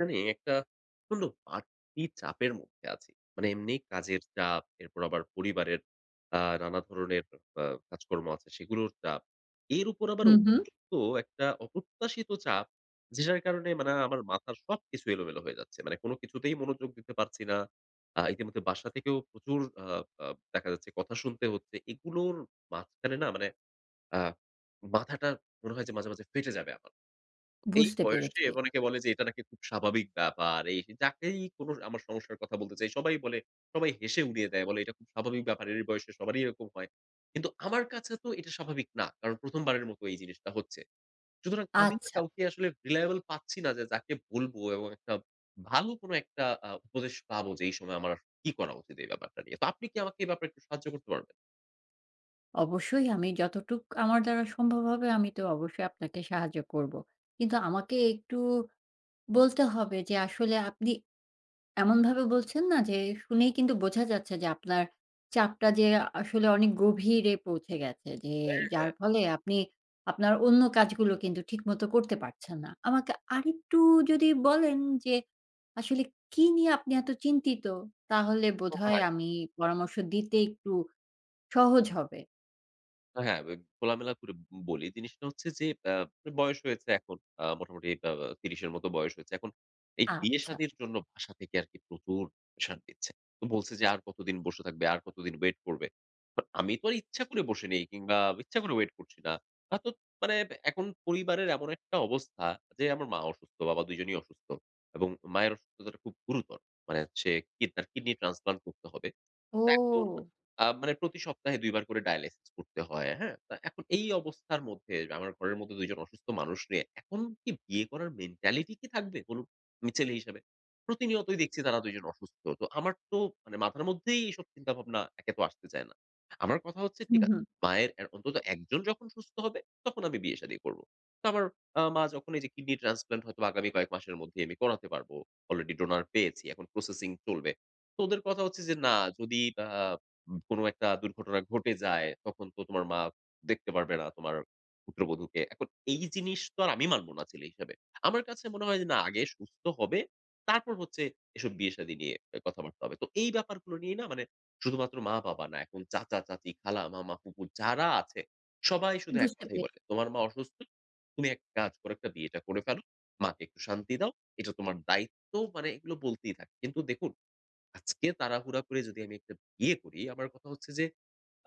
মানে একটা প্রচন্ড বাড়তি চাপের মধ্যে আছি। মানে এমনি কাজের চাপ, এরপর আবার পরিবারের নানা ধরনের আ কাজকর্ম আছে সেগুলোর চাপ। এর উপর আবার হুম, হুম। অতিরিক্ত একটা অপ্রত্যাশিত চাপ যেটার কারণে মানে আমার মাথার সবকিছু এলোমেলো হয়ে যাচ্ছে। মানে কোনো কিছুতেই মনোযোগ দিতে পারছি না। ইতিমধ্যে বাসা থেকেও প্রচুর আ আ দেখা যাচ্ছে কথা শুনতে হচ্ছে। এগুলোর মাঝখানে না মানে আ মাথাটা মনে হয় যে মাঝে, মাঝে ফেটে যাবে আমার। এই বুঝতে বয়সে পেরেছি। অনেকে বলে যে এটা নাকি খুব স্বাভাবিক ব্যাপার। এই যাকেই কোনো আমার সমস্যার কথা বলতে চাই সবাই বলে, সবাই হেসে উড়িয়ে দেয়। বলে এটা খুব স্বাভাবিক ব্যাপার। এর বয়সে সবারই এরকম হয়। কিন্তু আমার কাছে তো এটা স্বাভাবিক না। কারণ ১ম বারের মতো এই জিনিসটা হচ্ছে। সুতরাং আমি না আচ্ছা, কাউকে আসলে রিলায়েবল পাচ্ছি না যে যাকে বলবো এবং একটা ভালো কোনো একটা উপদেশ পাবো যে এই সময় আমার আসলে কি করা উচিত এই ব্যাপারটা নিয়ে। তো আপনি কি আমাকে এই ব্যাপারে একটু সাহায্য করতে পারবেন? অবশ্যই আমি যতটুক আমার দ্বারা সম্ভব হবে আমি তো অবশ্যই আপনাকে সাহায্য করব। কিন্তু আমাকে একটু বলতে হবে যে আসলে আপনি এমনভাবে বলছেন না যে, শুনেই কিন্তু বোঝা যাচ্ছে যে আপনার চাপটা যে আসলে অনেক গভীরে পৌঁছে গেছে। যে যার ফলে আপনি আপনার অন্য কাজগুলো কিন্তু ঠিকমতো করতে পারছেন না। আমাকে আরেকটু যদি বলেন যে আসলে কি নিয়ে আপনি এত চিন্তিত? তাহলে বোধহয় হ্যাঁ। আমি পরামর্শ দিতে একটু সহজ হবে। হ্যাঁ, খোলামেলা করে বলি। জিনিসটা হচ্ছে যে আ বয়স হয়েছে এখন। মোটামুটি ৩০ এর মতো বয়স হয়েছে। এখন এই আচ্ছা। বিয়ে-শাদির জন্য বাসা থেকে আরকি প্রচুর প্রেশার দিচ্ছে। তো বলছে যে, "আর কতদিন বসে থাকবে? আর কতদিন ওয়েট করবে?" বাট আমি তো আর ইচ্ছা করে বসে নেই কিংবা ইচ্ছা করে ওয়েট করছি না। তো মানে এখন পরিবারের এমন একটা অবস্থা যে আমার মা অসুস্থ, বাবা দুইজনই অসুস্থ এবং মায়ের অসুস্থতাটা খুব গুরুতর। মানে সে তার কিডনি ট্রান্সপ্লান্ট করতে হবে। এখন ও! মানে প্রতি সপ্তাহে ২ বার করে ডায়ালাইসিস করতে হয়, হ্যাঁ? তা এখন এই অবস্থার মধ্যে আমার ঘরের মধ্যে ২ জন অসুস্থ মানুষ নিয়ে এখন কি বিয়ে করার মেন্টালিটি কি থাকবে বলুন? আমি ছেলে হিসেবে। প্রতিনিয়তই দেখছি তারা ২ জন অসুস্থ। তো আমার তো মানে মাথার মধ্যেই এসব চিন্তাভাবনা একে তো আসতে চায় না। আমার কথা হচ্ছে হুম, ঠিক আছে, হুম। মায়ের এ অন্তত একজন যখন সুস্থ হবে তখন আমি বিয়ে-শাদী করব। তো আমার মা যখন এই যে কিডনি ট্রান্সপ্লান্ট হয়তো আগামী কয়েক মাসের মধ্যেই আমি করাতে পারব। অলরেডি ডোনার পেয়েছি। এখন প্রসেসিং চলবে। তো ওদের কথা হচ্ছে যে, "না, যদি আ কোন একটা দুর্ঘটনা ঘটে যায়, তখন তো তোমার মা দেখতে পারবে না তোমার পুত্রবধূকে।" এখন এই জিনিস তো আর আমি মানব না ছেলে হিসেবে। আমার কাছে মনে হয় যে, না, আগে সুস্থ হবে, তারপর হচ্ছে এসব বিয়ে-শাদী নিয়ে কথাবার্তা হবে। তো এই ব্যাপারগুলো নিয়ে না মানে শুধুমাত্র মা-বাবা না, এখন চাচা-চাচী, খালা-মামা, ফুপু যারা আছে, সবাই শুধু এক বুঝতে কথাই বলে, পেরেছি। "তোমার মা অসুস্থ। তুমি এক কাজ করো, একটা বিয়েটা করে ফেলো। মাকে একটু শান্তি দাও। এটা তোমার দায়িত্ব।" মানে এগুলো বলতেই থাকে। কিন্তু দেখুন আজকে তাড়াহুড়া করে যদি আমি একটা বিয়ে করি, আমার কথা হচ্ছে যে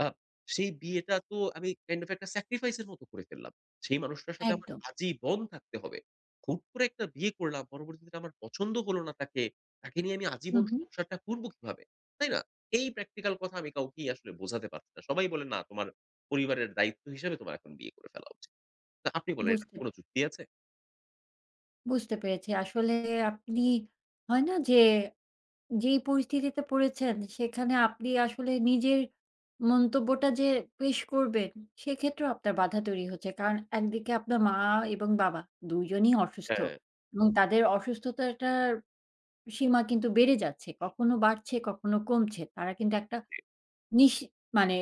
আ সেই বিয়েটা তো আমি কাইন্ড অফ একটা স্যাক্রিফাইস এর মতো করে ফেললাম। সেই মানুষটার সাথে আমার একদম। আজীবন থাকতে হবে। হুট করে একটা বিয়ে করলাম, পরবর্তীতে আমার পছন্দ হলো না তাকে। তাকে নিয়ে আমি হুম, আজীবন হুম। সংসারটা করব কিভাবে? তাই না? এই প্র্যাকটিক্যাল কথা আমি কাউকেই আসলে বোঝাতে পারছি না। সবাই বলে, "না, তোমার পরিবারের দায়িত্ব হিসেবে তোমার এখন বিয়ে করে ফেলা উচিত।" তো আপনি বলেন এটার বুঝতে কোন যুক্তি আছে? বুঝতে পেরেছি। আসলে আপনি হয় না যে যেই পরিস্থিতিতে পড়েছেন সেখানে আপনি আসলে নিজের মন্তব্যটা যে পেশ করবেন, সেক্ষেত্রেও আপনার বাধা তৈরি হচ্ছে। কারণ একদিকে আপনার মা এবং বাবা ২ জনই অসুস্থ হ্যাঁ, এবং তাদের অসুস্থতাটার সীমা কিন্তু বেড়ে যাচ্ছে। কখনো বাড়ছে, কখনো কমছে। তারা কিন্তু একটা নিশ মানে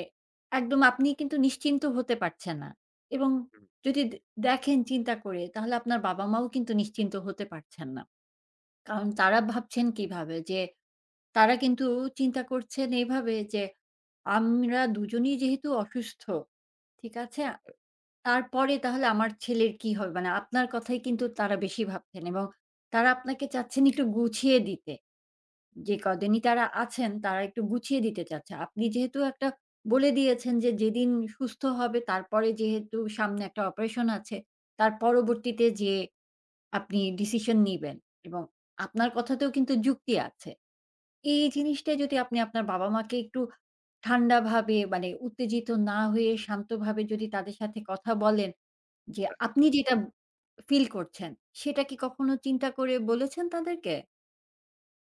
একদম আপনি কিন্তু নিশ্চিন্ত হতে পারছেন না এবং হুম। যদি দে দেখেন চিন্তা করে তাহলে আপনার বাবা-মাও কিন্তু নিশ্চিন্ত হতে পারছেন না। কারণ তারা ভাবছেন কিভাবে যে তারা কিন্তু চিন্তা করছেন এইভাবে যে, আমরা দুজনেই যেহেতু অসুস্থ, ঠিক আছে? তারপরে তাহলে আমার ছেলের কি হবে? মানে আপনার কথাই কিন্তু তারা বেশি ভাবছেন এবং তারা আপনাকে চাচ্ছেন একটু গুছিয়ে দিতে। যে কদিনই তারা আছেন, তারা একটু গুছিয়ে দিতে চাচ্ছে। আপনি যেহেতু একটা বলে দিয়েছেন যে, যেদিন সুস্থ হবে তারপরে যেহেতু সামনে একটা অপারেশন আছে, তার পরবর্তীতে যেয়ে আপনি ডিসিশন নিবেন এবং আপনার কথাতেও কিন্তু যুক্তি আছে। এই জিনিসটা যদি আপনি আপনার বাবা-মাকে একটু ঠান্ডাভাবে মানে উত্তেজিত না হয়ে শান্তভাবে যদি তাদের সাথে কথা বলেন যে হ্যাঁ, আপনি যেটা ফিল করছেন, সেটা কি কখনো চিন্তা করে বলেছেন তাদেরকে?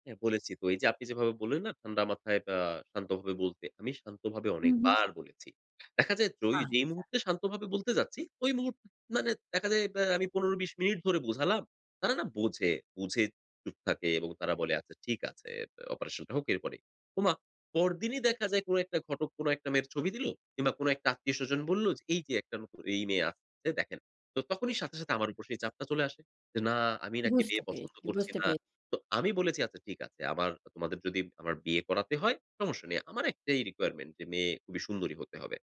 হ্যাঁ, বলেছি তো। এই যে আপনি যেভাবে বললেন না ঠান্ডা মাথায় শান্তভাবে বলতে, আমি শান্তভাবে হুম, হুম। অনেকবার বলেছি। দেখা যায় আ যেই মুহূর্তে শান্তভাবে বলতে যাচ্ছি, ওই মুহূর্ত মানে দেখা যায় আমি ১৫-২০ মিনিট ধরে বোঝালাম। তারা না বোঝে, বুঝে চুপ থাকে এবং তারা বলে, "আচ্ছা ঠিক আছে, অপারেশনটা হোক এরপরেই।" ওমা! পরদিনই দেখা যায় কোনো একটা ঘটক কোনো একটা মেয়ের ছবি দিল কিংবা কোনো একটা আত্মীয়স্বজন বলল যে, "এই যে একটা নতুন এই মেয়ে আসছে দেখেন।" তো তখনই সাথে, সাথে আমার উপর সেই চাপটা চলে আসে। যে না আমি নাকি বুঝতে মেয়ে পছন্দ পেরেছি, করছি বুঝতে না। পেরেছি। তো আমি বলেছি, "আচ্ছা ঠিক আছে। আমার তোমাদের যদি আমার বিয়ে করাতে হয়, সমস্যা নেই। আমার একটাই requirement যে মেয়ে খুবই সুন্দরী হতে হবে।"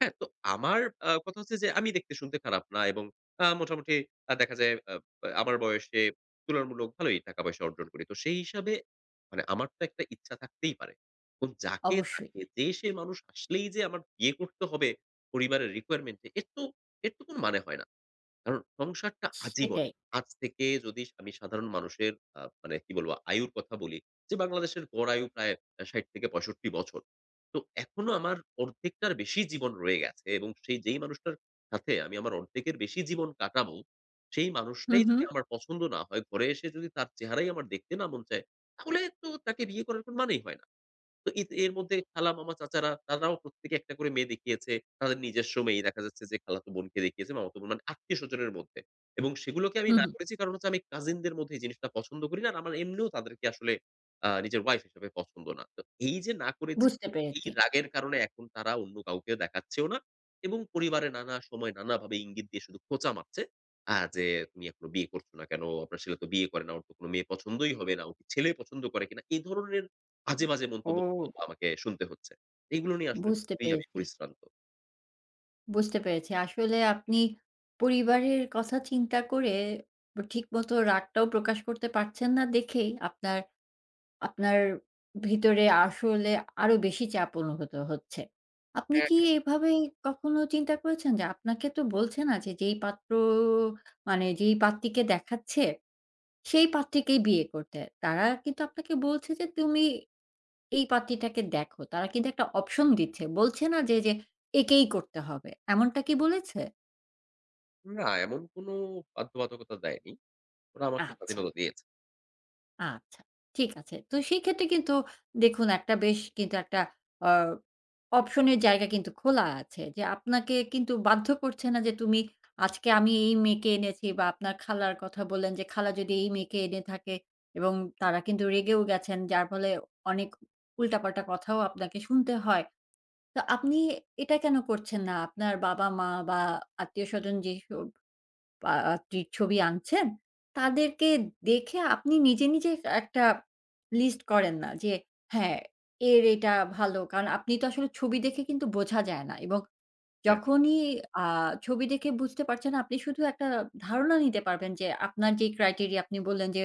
হ্যাঁ? তো আমার কথা হচ্ছে যে আমি দেখতে শুনতে খারাপ না এবং মোটামুটি দেখা যায় আমার বয়সে তুলনামূলক ভালোই টাকা পয়সা অর্জন করি। তো সেই হিসাবে মানে আমার তো একটা ইচ্ছা থাকতেই পারে। এবং যাকে অবশ্যই তাকে যে সে মানুষ আসলেই যে আমার বিয়ে করতে হবে পরিবারের requirement এ এর তো কোনো মানে হয় না। কারণ সংসারটা সেটাই। আজীবনের। আজ থেকে যদি আমি সাধারণ মানুষের মানে কি বলব আয়ুর কথা বলি যে বাংলাদেশের গড় আয়ু প্রায় ৬০ থেকে ৬৫ বছর। তো এখনো আমার অর্ধেকটার বেশি জীবন রয়ে গেছে এবং সেই যেই মানুষটার সাথে আমি আমার অর্ধেকের বেশি জীবন কাটাবো, সেই হুম, মানুষটাই হুম, যদি আমার পছন্দ না হয়, ঘরে এসে যদি তার চেহারাই আমার দেখতে না মন চায়, তাহলে তো তাকে বিয়ে করার কোন মানেই হয় না। তো এর মধ্যে খালা, মামা, চাচারা তারাও প্রত্যেকে একটা করে মেয়ে দেখিয়েছে। তাদের নিজস্ব মেয়ে দেখা যাচ্ছে যে খালাতো বোনকে দেখিয়েছে, মামাতো বোন মানে আত্মীয়স্বজনের মধ্যে। এবং সেগুলোকে আমি হুম, না হুম। করেছি কারণ হচ্ছে আমি কাজিনদের মধ্যে এই জিনিসটা পছন্দ করি না। আর আমার এমনিও তাদেরকে আসলে নিজের ওয়াইফ হিসেবে পছন্দ না। তো এই যে না করেছি, বুঝতে এই পেরেছি। রাগের কারণে এখন তারা অন্য কাউকে দেখাচ্ছেও না এবং পরিবারে নানা সময় নানাভাবে ইঙ্গিত দিয়ে শুধু খোঁচা মারছে। যে "তুমি এখনো বিয়ে করছো না কেন? আপনার ছেলে তো বিয়ে করে না। ওর তো কোনো মেয়ে পছন্দই হবে না। ও কি ছেলে পছন্দ করে কিনা?" এই ধরনের আজে বাজে মন্তব্য ও আমাকে শুনতে হচ্ছে। এগুলো নিয়ে আসলে বুঝতে খুবই আমি পেরেছি, পরিশ্রান্ত। বুঝতে পেরেছি। আসলে আপনি পরিবারের কথা চিন্তা করে ঠিকমতো রাগটাও প্রকাশ করতে পারছেন না দেখেই আপনার আপনার ভিতরে আসলে আরো বেশি চাপ অনুভূত হচ্ছে। আপনি হ্যাঁ, কি এভাবে কখনো চিন্তা করেছেন যে আপনাকে তো বলছে না যে যেই পাত্র মানে যেই পাত্রীকে দেখাচ্ছে সেই পাত্রীকেই বিয়ে করতে। তারা কিন্তু আপনাকে বলছে যে তুমি এই পাত্রীটাকে দেখো। তারা কিন্তু একটা অপশন দিচ্ছে। বলছে না যে, একেই করতে হবে। এমনটা কি বলেছে? না এমন কোনো বাধ্যবাধকতা দেয়নি। ওরা আমাকে আচ্ছা। স্বাধীনতা দিয়েছে। আচ্ছা, ঠিক আছে। তো সেক্ষেত্রে কিন্তু দেখুন একটা বেশ কিন্তু একটা আ অপশনের জায়গা কিন্তু খোলা আছে। যে আপনাকে কিন্তু বাধ্য করছে না যে তুমি আজকে আমি এই মেয়েকে এনেছি বা আপনার খালার কথা বললেন যে খালা যদি এই মেয়েকে এনে থাকে এবং তারা কিন্তু রেগেও গেছেন যার ফলে অনেক উল্টাপাল্টা কথাও আপনাকে শুনতে হয়। তো আপনি এটা কেন করছেন না? আপনার বাবা-মা বা আত্মীয়স্বজন যেসব পা টি ছবি আনছেন, তাদেরকে দেখে আপনি নিজে, নিজে একটা লিস্ট করেন না যে, হ্যাঁ, এর এটা ভালো। কারণ আপনি তো আসলে ছবি দেখে কিন্তু বোঝা যায় না এবং হ্যাঁ। যখনই আ ছবি দেখে বুঝতে পারছেন, আপনি শুধু একটা ধারণা নিতে পারবেন যে আপনার যেই ক্রাইটেরিয়া আপনি বললেন যে,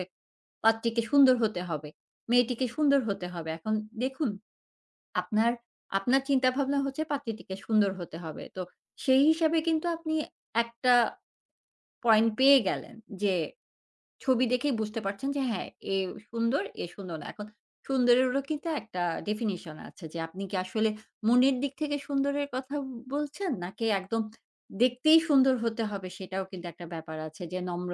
"পাত্রীকে সুন্দর হতে হবে, মেয়েটিকে সুন্দর হতে হবে।" এখন দেখুন, আপনার আপনার চিন্তাভাবনা হচ্ছে পাত্রীটিকে সুন্দর হতে হবে। তো সেই হিসাবে কিন্তু আপনি একটা পয়েন্ট পেয়ে গেলেন যে ছবি দেখেই বুঝতে পারছেন যে হ্যাঁ, এ সুন্দর, এ সুন্দর না। এখন সুন্দরেরও কিন্তু একটা ডেফিনিশন আছে যে আপনি কি আসলে মনের দিক থেকে সুন্দরের কথা বলছেন নাকি একদম দেখতেই সুন্দর হতে হবে সেটাও কিন্তু একটা ব্যাপার আছে যে নম্র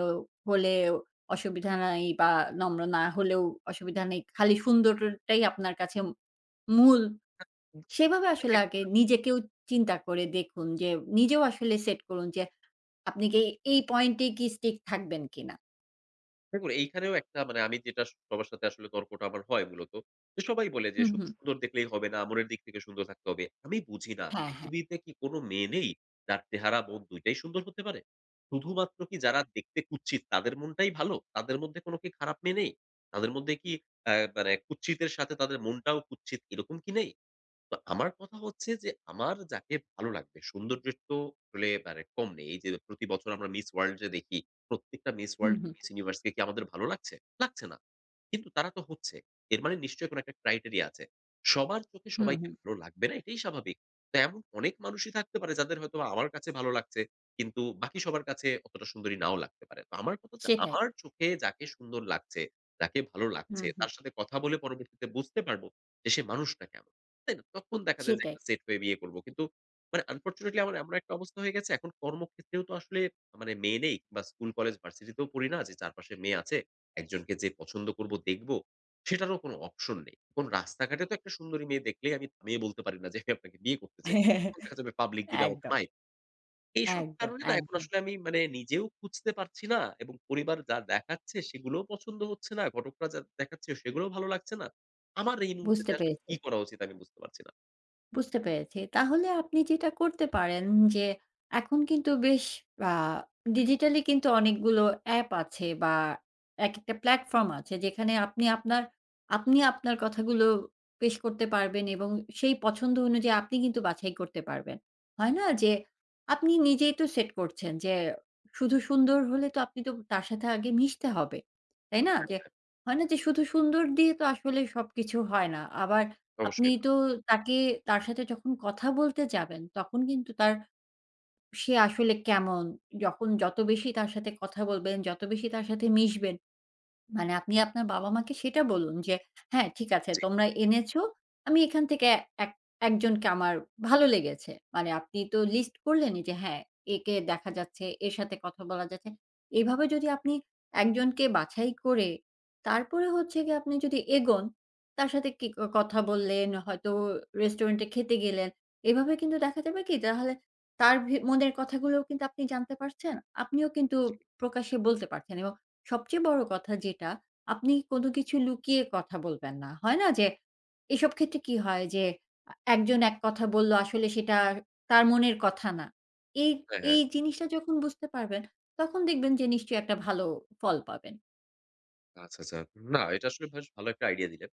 হলেও অসুবিধা নাই বা নম্র না হলেও অসুবিধা নেই। খালি সুন্দরটাই আপনার কাছে মূল সেভাবে আসলে কিন্তু আগে নিজেকেও চিন্তা করে দেখুন যে, নিজেও আসলে সেট করুন যে, আপনি কি এই পয়েন্টে কি স্টিক থাকবেন কিনা? দেখুন এইখানেও একটা মানে আমি যেটা সবার সাথে আসলে তর্কটা আমার হয় মূলত। যে সবাই বলে যে হুম, শুধু হুম। সুন্দর দেখলেই হবে না, মনের দিক থেকে সুন্দর থাকতে হবে। আমি বুঝি না হ্যাঁ, হ্যাঁ। পৃথিবীতে কি কোনো মেয়ে নেই যার চেহারা, মন ২ টাই সুন্দর হতে পারে? শুধুমাত্র কি যারা দেখতে কুৎসিত তাদের মনটাই ভালো? তাদের মধ্যে কোনো কি খারাপ মেয়ে নেই? তাদের মধ্যে কি মানে কুৎসিতের সাথে তাদের মনটাও কুৎসিত এরকম কি নেই? তো আমার কথা হচ্ছে যে, আমার যাকে ভালো লাগবে সৌন্দর্যের তো আসলে মানে কম নেই। এই যে প্রতি বছর আমরা মিস ওয়ার্ল্ড যে দেখি, প্রত্যেকটা মিস হুম, ওয়ার্ল্ড, হুম। মিস ইউনিভার্স কে কি আমাদের ভালো লাগছে? লাগছে না। কিন্তু তারা তো হচ্ছে। এর মানে নিশ্চয়ই কোনো একটা ক্রাইটেরিয়া আছে। সবার চোখে হুম, সবাইকে হুম। ভালো লাগবে না এটাই স্বাভাবিক। তো এমন অনেক মানুষই থাকতে পারে যাদের হয়তো বা আমার কাছে ভালো লাগছে, কিন্তু বাকি সবার কাছে অতটা সুন্দরী নাও লাগতে পারে। তো আমার কথা হচ্ছে সেটাই। আমার চোখে যাকে সুন্দর লাগছে, যাকে ভালো লাগছে হুম, হুম। তার সাথে কথা বলে পরবর্তীতে বুঝতে পারব যে সে মানুষটা কেমন। তাই না? তখন দেখা যায় যে সেটাই। একটা সেট হয়ে বিয়ে করব। কিন্তু মানে আনফরচুনেটলি আমার এমন একটা অবস্থা হয়ে গেছে এখন কর্মক্ষেত্রেও তো আসলে মানে মেয়ে নেই বা স্কুল, কলেজ, ভার্সিটিতেও পড়ি না যে চারপাশে মেয়ে আছে। একজনকে যে পছন্দ করব দেখব, সেটারও কোনো অপশন নেই। এখন রাস্তাঘাটে তো একটা সুন্দরী মেয়ে দেখলেই আমি থামিয়ে বলতে পারি না যে আমি আপনাকে বিয়ে করতে চাই। তখন দেখা যাবে পাবলিক দিবে আমাকে একদম, মাইর। এইসব একদম, কারণে না এখন একদম। আসলে আমি মানে নিজেও খুঁজতে পারছি না এবং পরিবার যা দেখাচ্ছে সেগুলোও পছন্দ হচ্ছে না। ঘটকরা যা দেখাচ্ছে সেগুলোও ভালো লাগছে না। আমার এই মুহূর্তে বুঝতে যে আসলে পেরেছি। কি করা উচিত আমি বুঝতে পারছি না। বুঝতে পেরেছি। তাহলে আপনি যেটা করতে পারেন যে, এখন কিন্তু বেশ আ ডিজিটালি কিন্তু অনেকগুলো অ্যাপ আছে বা একেকটা প্ল্যাটফর্ম আছে যেখানে আপনি আপনার আপনি আপনার কথাগুলো পেশ করতে পারবেন এবং সেই পছন্দ অনুযায়ী আপনি কিন্তু বাছাই করতে পারবেন। হয় না যে, আপনি নিজেই তো সেট করছেন যে, শুধু সুন্দর হলে তো আপনি তো তার সাথে আগে মিশতে হবে। তাই না? যে, হয় না যে, শুধু সুন্দর দিয়ে তো আসলে সবকিছু হয় না। আবার আপনি অবশ্যই না। তো তাকে তার সাথে যখন কথা বলতে যাবেন, তখন কিন্তু সে আসলে কেমন, যখন যত বেশি তার সাথে কথা বলবেন, যত বেশি তার সাথে মিশবেন মানে আপনি আপনার বাবা-মাকে সেটা বলুন যে, "হ্যাঁ, ঠিক আছে জি, তোমরা এনেছো। আমি এখান থেকে এক একজনকে আমার ভালো লেগেছে।" মানে আপনি তো লিস্ট করলেনই যে, "হ্যাঁ, একে দেখা যাচ্ছে, এর সাথে কথা বলা যাচ্ছে।" এভাবে যদি আপনি একজনকে বাছাই করে তারপরে হচ্ছে গিয়ে আপনি যদি এগোন, তার সাথে কি ক কথা বললেন, হয়তো রেস্টুরেন্টে খেতে গেলেন। এভাবে কিন্তু দেখা যাবে কি তাহলে তার মনের কথাগুলোও কিন্তু আপনি জানতে পারছেন। আপনিও কিন্তু জি। প্রকাশ্যে বলতে পারছেন এবং সবচেয়ে বড় কথা যেটা, আপনি কোনো কিছু লুকিয়ে কথা বলবেন না। হয় না যে, এসব ক্ষেত্রে কি হয় যে, একজন এক কথা বলল, আসলে সেটা তার মনের কথা না। এই, হ্যাঁ, হ্যাঁ। এই জিনিসটা যখন বুঝতে পারবেন, তখন দেখবেন যে নিশ্চয়ই একটা ভালো ফল পাবেন। আচ্ছা, আচ্ছা। না, এটা আসলে বেশ ভালো একটা আইডিয়া দিলেন।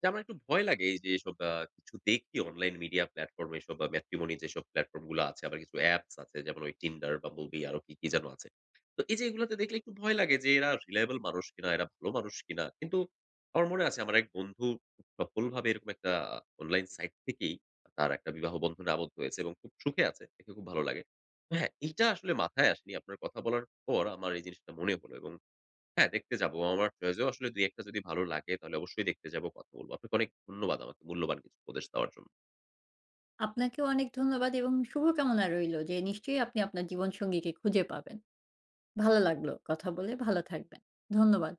যে আমার একটু ভয় লাগে এই যে এসব কিছু দেখি অনলাইন মিডিয়া প্ল্যাটফর্ম এসব ম্যাট্রিমনি যেসব প্ল্যাটফর্ম গুলো আছে, আবার কিছু অ্যাপস আছে যেমন ওই Tinder, Bumblebee আরো কি, কি যেন আছে। তো এই যে এগুলাতে দেখলে একটু ভয় লাগে যে এরা রিলায়েবল মানুষ কিনা, এরা ভালো মানুষ কিনা। কিন্তু আমার মনে আছে আমার এক বন্ধু খুব সফলভাবে এরকম একটা অনলাইন সাইট থেকেই তার একটা বিবাহ বন্ধনে আবদ্ধ হয়েছে এবং খুব সুখে আছে। দেখে খুব ভালো লাগে। হ্যাঁ, এইটা আসলে মাথায় আসেনি। আপনার কথা বলার পর আমার এই জিনিসটা মনে হলো এবং হ্যাঁ, দেখতে যাবো। আমার চয়েসেও আসলে ২-১ টা যদি ভালো লাগে তাহলে অবশ্যই দেখতে যাবো, কথা বলবো। আপনাকে অনেক ধন্যবাদ আমাকে মূল্যবান কিছু উপদেশ দেওয়ার জন্য। আপনাকেও অনেক ধন্যবাদ এবং শুভকামনা রইল যে নিশ্চয়ই আপনি আপনার জীবনসঙ্গীকে খুঁজে পাবেন। ভালো লাগলো কথা বলে, ভালো থাকবেন। ধন্যবাদ।